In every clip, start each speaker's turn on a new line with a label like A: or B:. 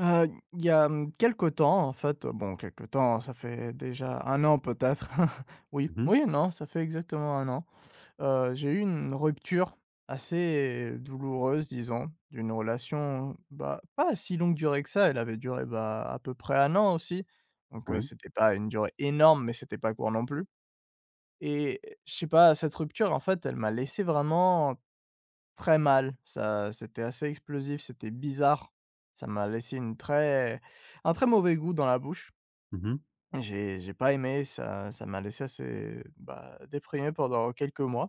A: Il y a, mmh, quelque temps, en fait, quelque temps, ça fait déjà 1 an peut-être. Oui,
B: Mmh mh.
A: oui, non, ça fait exactement 1 an. J'ai eu une rupture assez douloureuse disons, d'une relation, bah, pas si longue durée que ça, elle avait duré, bah, à peu près 1 an aussi. Donc
B: Oui.
A: c'était pas une durée énorme mais c'était pas court non plus. Et je sais pas, cette rupture en fait, elle m'a laissé vraiment très mal, ça c'était assez explosif, c'était bizarre. Ça m'a laissé une très Un très mauvais goût dans la bouche.
B: Mmh mh.
A: J'ai pas aimé, ça m'a laissé assez, bah, déprimé pendant quelques mois,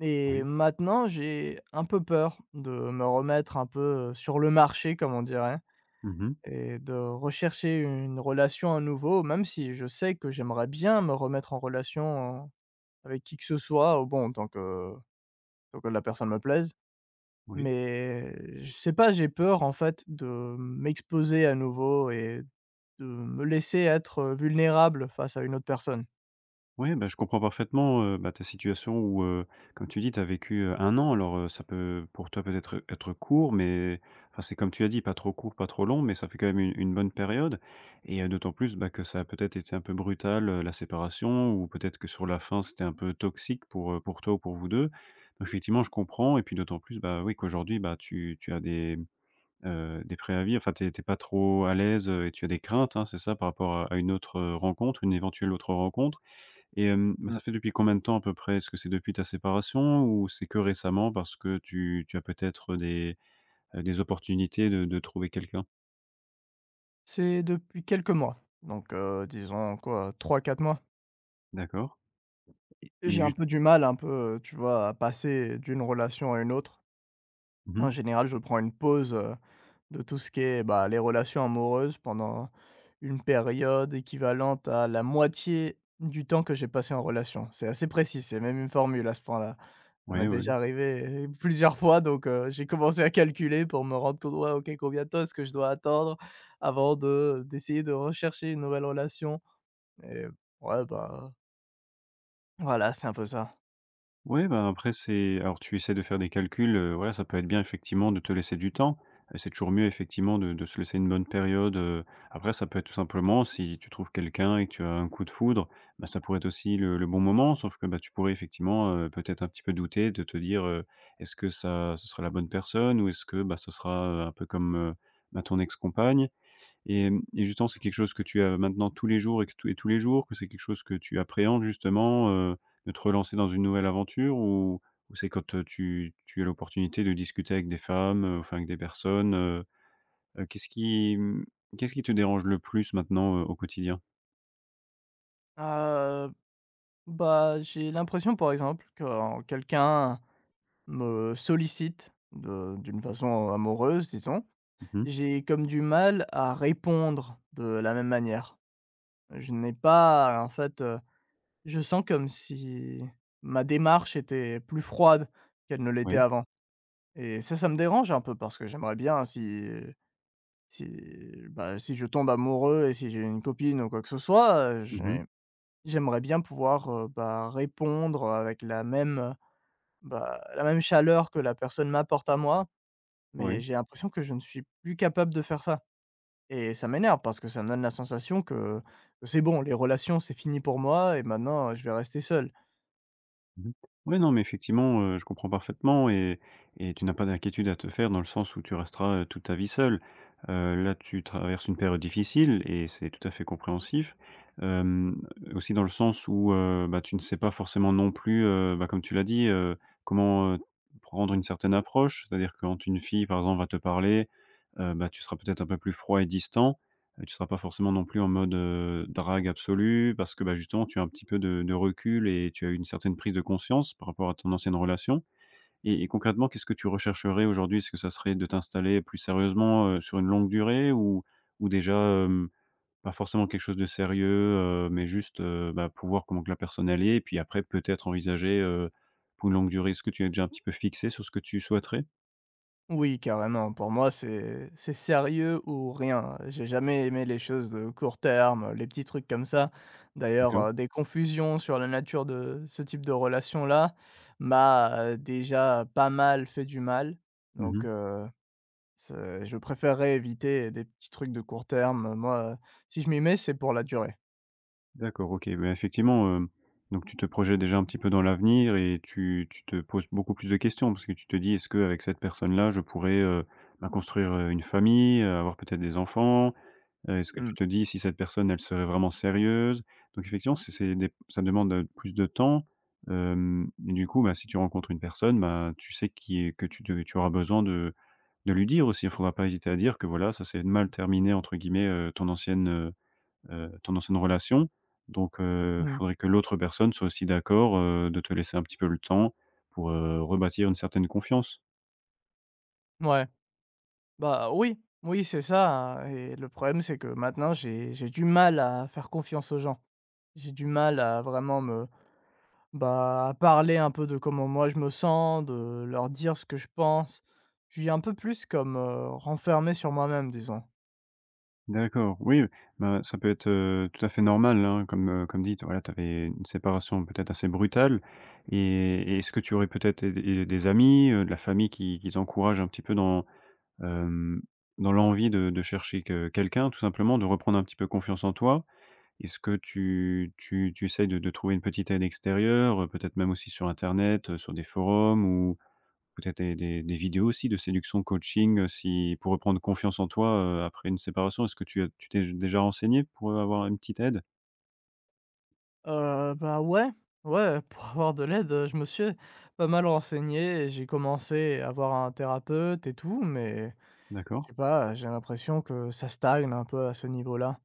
A: et
B: Oui.
A: maintenant j'ai un peu peur de me remettre un peu, sur le marché comme on dirait,
B: Mmh mh.
A: et de rechercher une relation à nouveau, même si je sais que j'aimerais bien me remettre en relation avec qui que ce soit, au bon, tant que la personne me plaise.
B: Oui.
A: Mais je sais pas, j'ai peur en fait de m'exposer à nouveau et de me laisser être, vulnérable face à une autre personne.
B: Ouais, bah, je comprends parfaitement, bah, ta situation où, comme tu dis, tu as vécu, 1 an alors, ça peut pour toi peut-être, être court, mais enfin, c'est comme tu as dit, pas trop court, pas trop long, mais ça fait quand même une bonne période et d'autant plus, bah, que ça a peut-être été un peu brutal, la séparation ou peut-être que sur la fin, c'était un peu toxique pour toi ou pour vous 2. Effectivement, je comprends et puis d'autant plus, bah, oui, qu'aujourd'hui, bah, tu as des préavis, enfin, tu es pas trop à l'aise, et tu as des craintes, hein, c'est ça? Par rapport à une autre, rencontre, une éventuelle autre rencontre et bah,
A: Mmh.
B: ça fait depuis combien de temps à peu près? Est-ce que c'est depuis ta séparation ou c'est que récemment parce que tu as peut-être, des opportunités de trouver quelqu'un?
A: C'est depuis quelques mois, donc disons quoi, 3 4 mois.
B: D'accord
A: J'ai
B: et
A: un
B: juste
A: peu du mal un peu, tu vois, à passer d'une relation à une autre.
B: oui, mh.
A: En général, je prends une pause, de tout ce qui est, bah, les relations amoureuses pendant une période équivalente à la moitié du temps que j'ai passé en relation. C'est assez précis, c'est même une formule à ce point-là. Ça
B: Ouais,
A: m'est
B: ouais.
A: déjà arrivé plusieurs fois, donc j'ai commencé à calculer pour me rendre compte: «Ouais, OK, combien de temps est-ce que je dois attendre avant de d'essayer de rechercher une nouvelle relation ?» Et ouais, bah, voilà, c'est un peu ça.
B: Ouais, bah, après c'est alors tu essaies de faire des calculs, voilà, ça peut être bien effectivement de te laisser du temps. C'est toujours mieux effectivement de se laisser une bonne période, après ça peut être tout simplement si tu trouves quelqu'un et que tu as un coup de foudre, bah, ça pourrait être aussi le bon moment sauf que, bah, tu pourrais effectivement, peut-être un petit peu douter de te dire, «Est-ce que ça ce sera la bonne personne ou est-ce que, bah, ce sera, un peu comme, bah, ton ex-compagne?» Et et justement, c'est quelque chose que tu as maintenant tous les jours et que tous les jours, que c'est quelque chose que tu appréhendes justement, de te relancer dans une nouvelle aventure ou c'est quand, tu as l'opportunité de discuter avec des femmes, enfin avec des personnes, heu, qu'est-ce qui, mmh, qu'est-ce qui te dérange le plus maintenant, au quotidien?
A: Heu, Bah, j'ai l'impression, par exemple, quand quelqu'un me sollicite de d'une façon amoureuse, disons,
B: Oui. Mh.
A: j'ai comme du mal à répondre de la même manière. Je n'ai pas, en fait, je sens comme si ma démarche était plus froide qu'elle ne l'était
B: Ouais.
A: avant, et ça me dérange un peu parce que j'aimerais bien si si, bah, si je tombe amoureux et si j'ai une copine ou quoi que ce soit,
B: Mmh.
A: j'aimerais bien pouvoir, bah, répondre avec la même, bah, la même chaleur que la personne m'apporte à moi, mais
B: Ouais.
A: j'ai l'impression que je ne suis plus capable de faire ça, et ça m'énerve parce que ça me donne la sensation que c'est bon, les relations, c'est fini pour moi et maintenant, je vais rester seul.
B: Mmh. Ouais, non, mais effectivement, je comprends parfaitement et tu n'as pas d'inquiétude à te faire dans le sens où tu resteras, toute ta vie seule. Là, tu traverses une période difficile et c'est tout à fait compréhensif. Hem, aussi dans le sens où, bah, tu ne sais pas forcément non plus, bah, comme tu l'as dit, comment, prendre une certaine approche. C'est-à-dire que quand une fille, par exemple, va te parler, bah, tu seras peut-être un peu plus froid et distant. Tu seras pas forcément non plus en mode, drague absolue parce que, bah, justement tu as un petit peu de recul et tu as eu une certaine prise de conscience par rapport à ton ancienne relation et concrètement, qu'est-ce que tu rechercherais aujourd'hui? Est-ce que ça serait de t'installer plus sérieusement, sur une longue durée ou déjà, pas forcément quelque chose de sérieux, mais juste, bah, pour voir comment que la personne elle est et puis après peut-être envisager, pour une longue durée? Est-ce que tu es déjà un petit peu fixé sur ce que tu souhaiterais?
A: Oui, carrément. Pour moi, c'est sérieux ou rien. J'ai jamais aimé les choses de court terme, les petits trucs comme ça. D'ailleurs,
B: D'accord.
A: des confusions sur la nature de ce type de relation-là m'a, déjà pas mal fait du mal. Donc,
B: Mmh.
A: c'est je préférerais éviter des petits trucs de court terme. Moi, si je m'y mets, c'est pour la durée.
B: D'accord, OK. Bah, effectivement, donc tu te projettes déjà un petit peu dans l'avenir et tu te poses beaucoup plus de questions parce que tu te dis: «Est-ce que avec cette personne-là, je pourrais, bah, construire, une famille, avoir peut-être des enfants?» Est-ce que tu
A: Mmh.
B: te dis si cette personne, elle serait vraiment sérieuse? Donc effectivement, c'est des ça demande, plus de temps, et du coup, bah, si tu rencontres une personne, bah, tu sais qui que tu auras besoin de lui dire aussi. Il ne faudra pas hésiter à dire que voilà, ça s'est mal terminé entre guillemets, ton ancienne relation. Donc il
A: Mmh.
B: faudrait que l'autre personne soit aussi d'accord, de te laisser un petit peu le temps pour, rebâtir une certaine confiance.
A: Ouais. Bah, oui, oui, c'est ça, hein, et le problème, c'est que maintenant, j'ai du mal à faire confiance aux gens. J'ai du mal à vraiment me, bah, à parler un peu de comment moi je me sens, de leur dire ce que je pense. Je suis un peu plus comme, renfermé sur moi-même, disons.
B: D'accord, oui, bah, ça peut être, tout à fait normal, hein, comme, comme dit, voilà, tu avais une séparation peut-être assez brutale et est-ce que tu aurais peut-être et des amis, de la famille qui t'encouragent un petit peu hem, dans l'envie de chercher que quelqu'un, tout simplement, de reprendre un petit peu confiance en toi? Est-ce que tu essayes de trouver une petite aide extérieure, peut-être même aussi sur internet, sur des forums ou peut-être des vidéos aussi de séduction, coaching, si pour reprendre confiance en toi, après une séparation? Est-ce que tu t'es déjà renseigné pour, avoir une petite aide?
A: Bah, ouais, ouais, pour avoir de l'aide, je me suis pas mal renseigné et j'ai commencé à voir un thérapeute et tout, mais je
B: D'accord.
A: sais pas, j'ai l'impression que ça stagne un peu à ce niveau-là.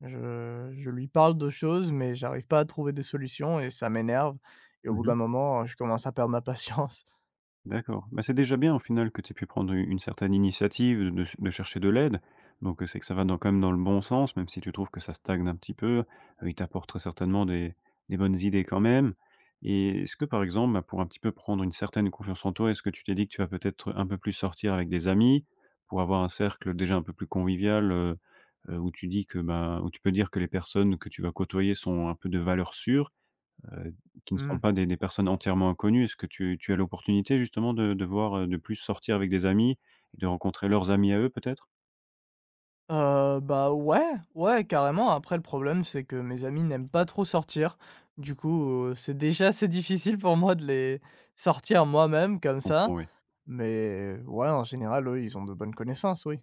A: Je lui parle de choses, mais j'arrive pas à trouver des solutions et ça m'énerve, et au bout d'un
B: Mmh.
A: moment, je commence à perdre ma patience.
B: D'accord. Bah, c'est déjà bien au final que tu aies pu prendre u une certaine initiative, de chercher de l'aide. Donc, c'est que ça va dans quand même dans le bon sens, même si tu trouves que ça stagne un petit peu. Il t'apporte très certainement des bonnes idées quand même. Et est-ce que par exemple, bah, pour un petit peu prendre une certaine confiance en toi, est-ce que tu t'es dit que tu vas peut-être un peu plus sortir avec des amis? Pour avoir un cercle déjà un peu plus convivial, où tu dis que, bah où tu peux dire que les personnes que tu vas côtoyer sont un peu de valeur sûre? Heu, qui ne sont
A: Mmh.
B: pas des personnes entièrement inconnues. Est-ce que tu as l'opportunité justement de voir, de plus sortir avec des amis, et de rencontrer leurs amis à eux peut-être?
A: Bah, ouais, ouais, carrément. Après le problème, c'est que mes amis n'aiment pas trop sortir. Du coup, c'est déjà assez difficile pour moi de les sortir moi-même comme ça,
B: Comprends, oui.
A: mais ouais, en général, eux, ils ont de bonnes connaissances, oui.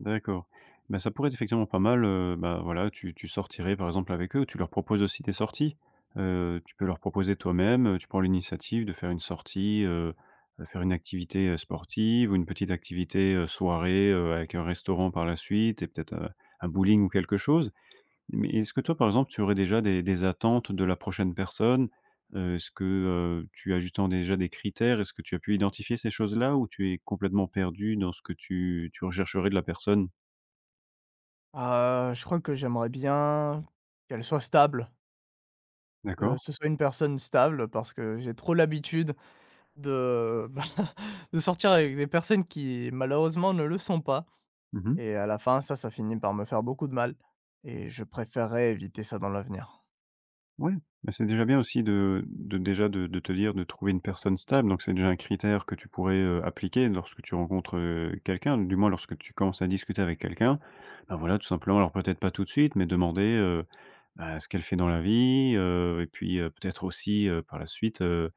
B: D'accord. Ben ça pourrait être effectivement pas mal, bah, voilà, tu sortirais par exemple avec eux, tu leur proposes aussi des sorties. Tu peux leur proposer toi-même, tu prends l'initiative de faire une sortie, faire une activité, sportive ou une petite activité, soirée, avec un restaurant par la suite et peut-être, un bowling ou quelque chose. Mais est-ce que toi, par exemple, tu aurais déjà des attentes de la prochaine personne? Est-ce que, tu as justement déjà des critères? Est-ce que tu as pu identifier ces choses-là ou tu es complètement perdu dans ce que tu rechercherais de la personne?
A: Je crois que j'aimerais bien qu'elle soit stable, que
B: D'accord.
A: ce soit une personne stable parce que j'ai trop l'habitude de, bah, de sortir avec des personnes qui malheureusement ne le sont pas,
B: Mmh.
A: et à la fin ça finit par me faire beaucoup de mal, et je préférerais éviter ça dans l'avenir.
B: Ouais, bah, c'est déjà bien aussi de déjà de te dire de trouver une personne stable, donc c'est déjà un critère que tu pourrais, appliquer lorsque tu rencontres, quelqu'un, du moins lorsque tu commences à discuter avec quelqu'un. Ben voilà, tout simplement, alors peut-être pas tout de suite, mais demander, euh, Bah, ce qu'elle fait dans la vie, et puis, peut-être aussi, par la suite,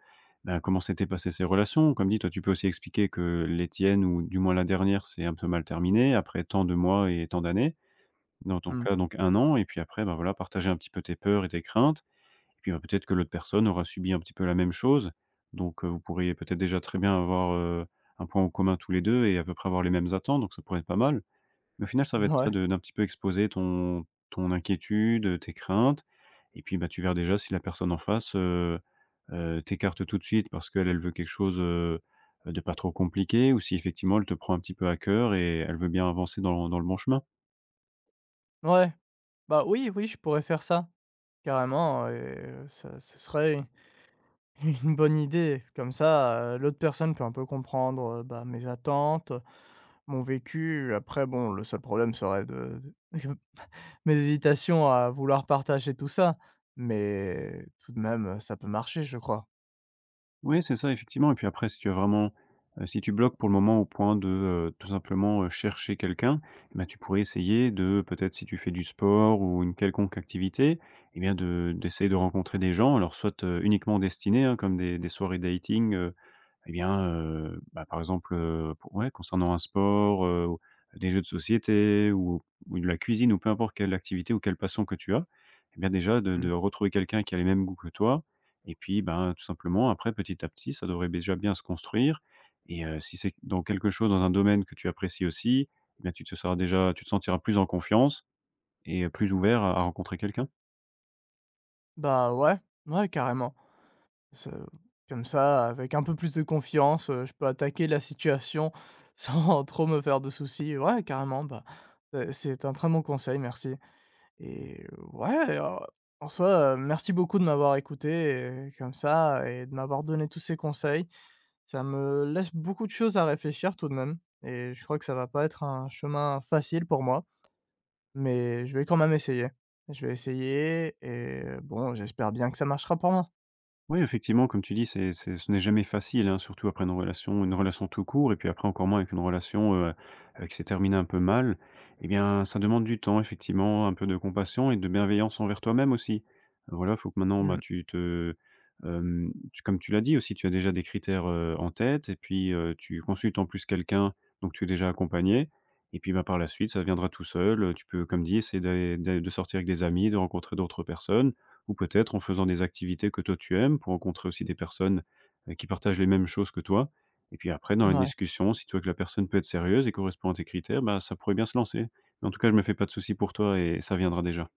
B: ben, comment s'étaient passées ses relations? Comme dit, toi, tu peux aussi expliquer que les tiennes ou du moins la dernière c'est un peu mal terminée après tant de mois et tant d'années. Dans ton
A: Mmh.
B: cas, donc 1 an et puis après, ben, voilà, partager un petit peu tes peurs et tes craintes et puis, ben, peut-être que l'autre personne aura subi un petit peu la même chose. Donc, vous pourriez peut-être déjà très bien avoir, un point en commun tous les 2 et à peu près avoir les mêmes attentes, donc ça pourrait être pas mal. Mais au final, ça va être
A: Ouais,
B: ça de d'un petit peu exposer ton inquiétude, tes craintes et puis, bah, tu verras déjà si la personne en face, t'écarte tout de suite parce qu'elle, elle veut quelque chose, de pas trop compliqué ou si effectivement elle te prend un petit peu à cœur et elle veut bien avancer dans le bon chemin.
A: ouais. Bah, oui, oui, je pourrais faire ça carrément, et ça ce serait une bonne idée. Comme ça, l'autre personne peut un peu comprendre, bah, mes attentes, mon vécu. Après bon, le seul problème serait de mes hésitations à vouloir partager tout ça, mais tout de même, ça peut marcher, je crois.
B: Oui, c'est ça, effectivement et puis après, si tu as vraiment, si tu bloques pour le moment au point de, tout simplement, chercher quelqu'un, eh ben tu pourrais essayer de peut-être si tu fais du sport ou une quelconque activité eh bien de d'essayer de rencontrer des gens alors soit, uniquement destinés, hein, comme des soirées dating, eh bien, bah, par exemple, pour ouais, concernant un sport, ou des jeux de société ou de la cuisine ou peu importe quelle activité ou quelle passion que tu as, eh bien, déjà de
A: Mmh.
B: de retrouver quelqu'un qui a les mêmes goûts que toi et puis, ben, tout simplement après petit à petit, ça devrait déjà bien se construire et si c'est dans quelque chose, dans un domaine que tu apprécies aussi, eh bien, tu te sentiras plus en confiance et plus ouvert à rencontrer quelqu'un.
A: Bah, ouais, ouais, carrément. Ce Comme ça, avec un peu plus de confiance, je peux attaquer la situation sans trop me faire de soucis. Ouais, carrément, bah, c'est un très bon conseil, merci, et ouais, en soi, merci beaucoup de m'avoir écouté et comme ça et de m'avoir donné tous ces conseils. Ça me laisse beaucoup de choses à réfléchir tout de même et je crois que ça va pas être un chemin facile pour moi, mais je vais quand même essayer. Je vais essayer et bon, j'espère bien que ça marchera pour moi.
B: Oui, effectivement, comme tu dis, c'est ce n'est jamais facile, hein, surtout après une relation tout court et puis après encore moins avec une relation, qui s'est terminée un peu mal. Eh bien, ça demande du temps effectivement, un peu de compassion et de bienveillance envers toi-même aussi. Voilà, faut que maintenant, bah,
A: Mmh,
B: tu comme tu l'as dit aussi, tu as déjà des critères, en tête et puis, tu consultes en plus quelqu'un, donc tu es déjà accompagné, et puis, bah, par la suite, ça viendra tout seul, tu peux, comme dit, essayer d'aller de sortir avec des amis, de rencontrer d'autres personnes ou peut-être en faisant des activités que toi tu aimes pour rencontrer aussi des personnes, qui partagent les mêmes choses que toi et puis après dans la
A: ouais.
B: discussion, si tu vois que la personne peut être sérieuse et correspond à tes critères, bah, ça pourrait bien se lancer. Mais en tout cas, je me fais pas de soucis pour toi et ça viendra déjà.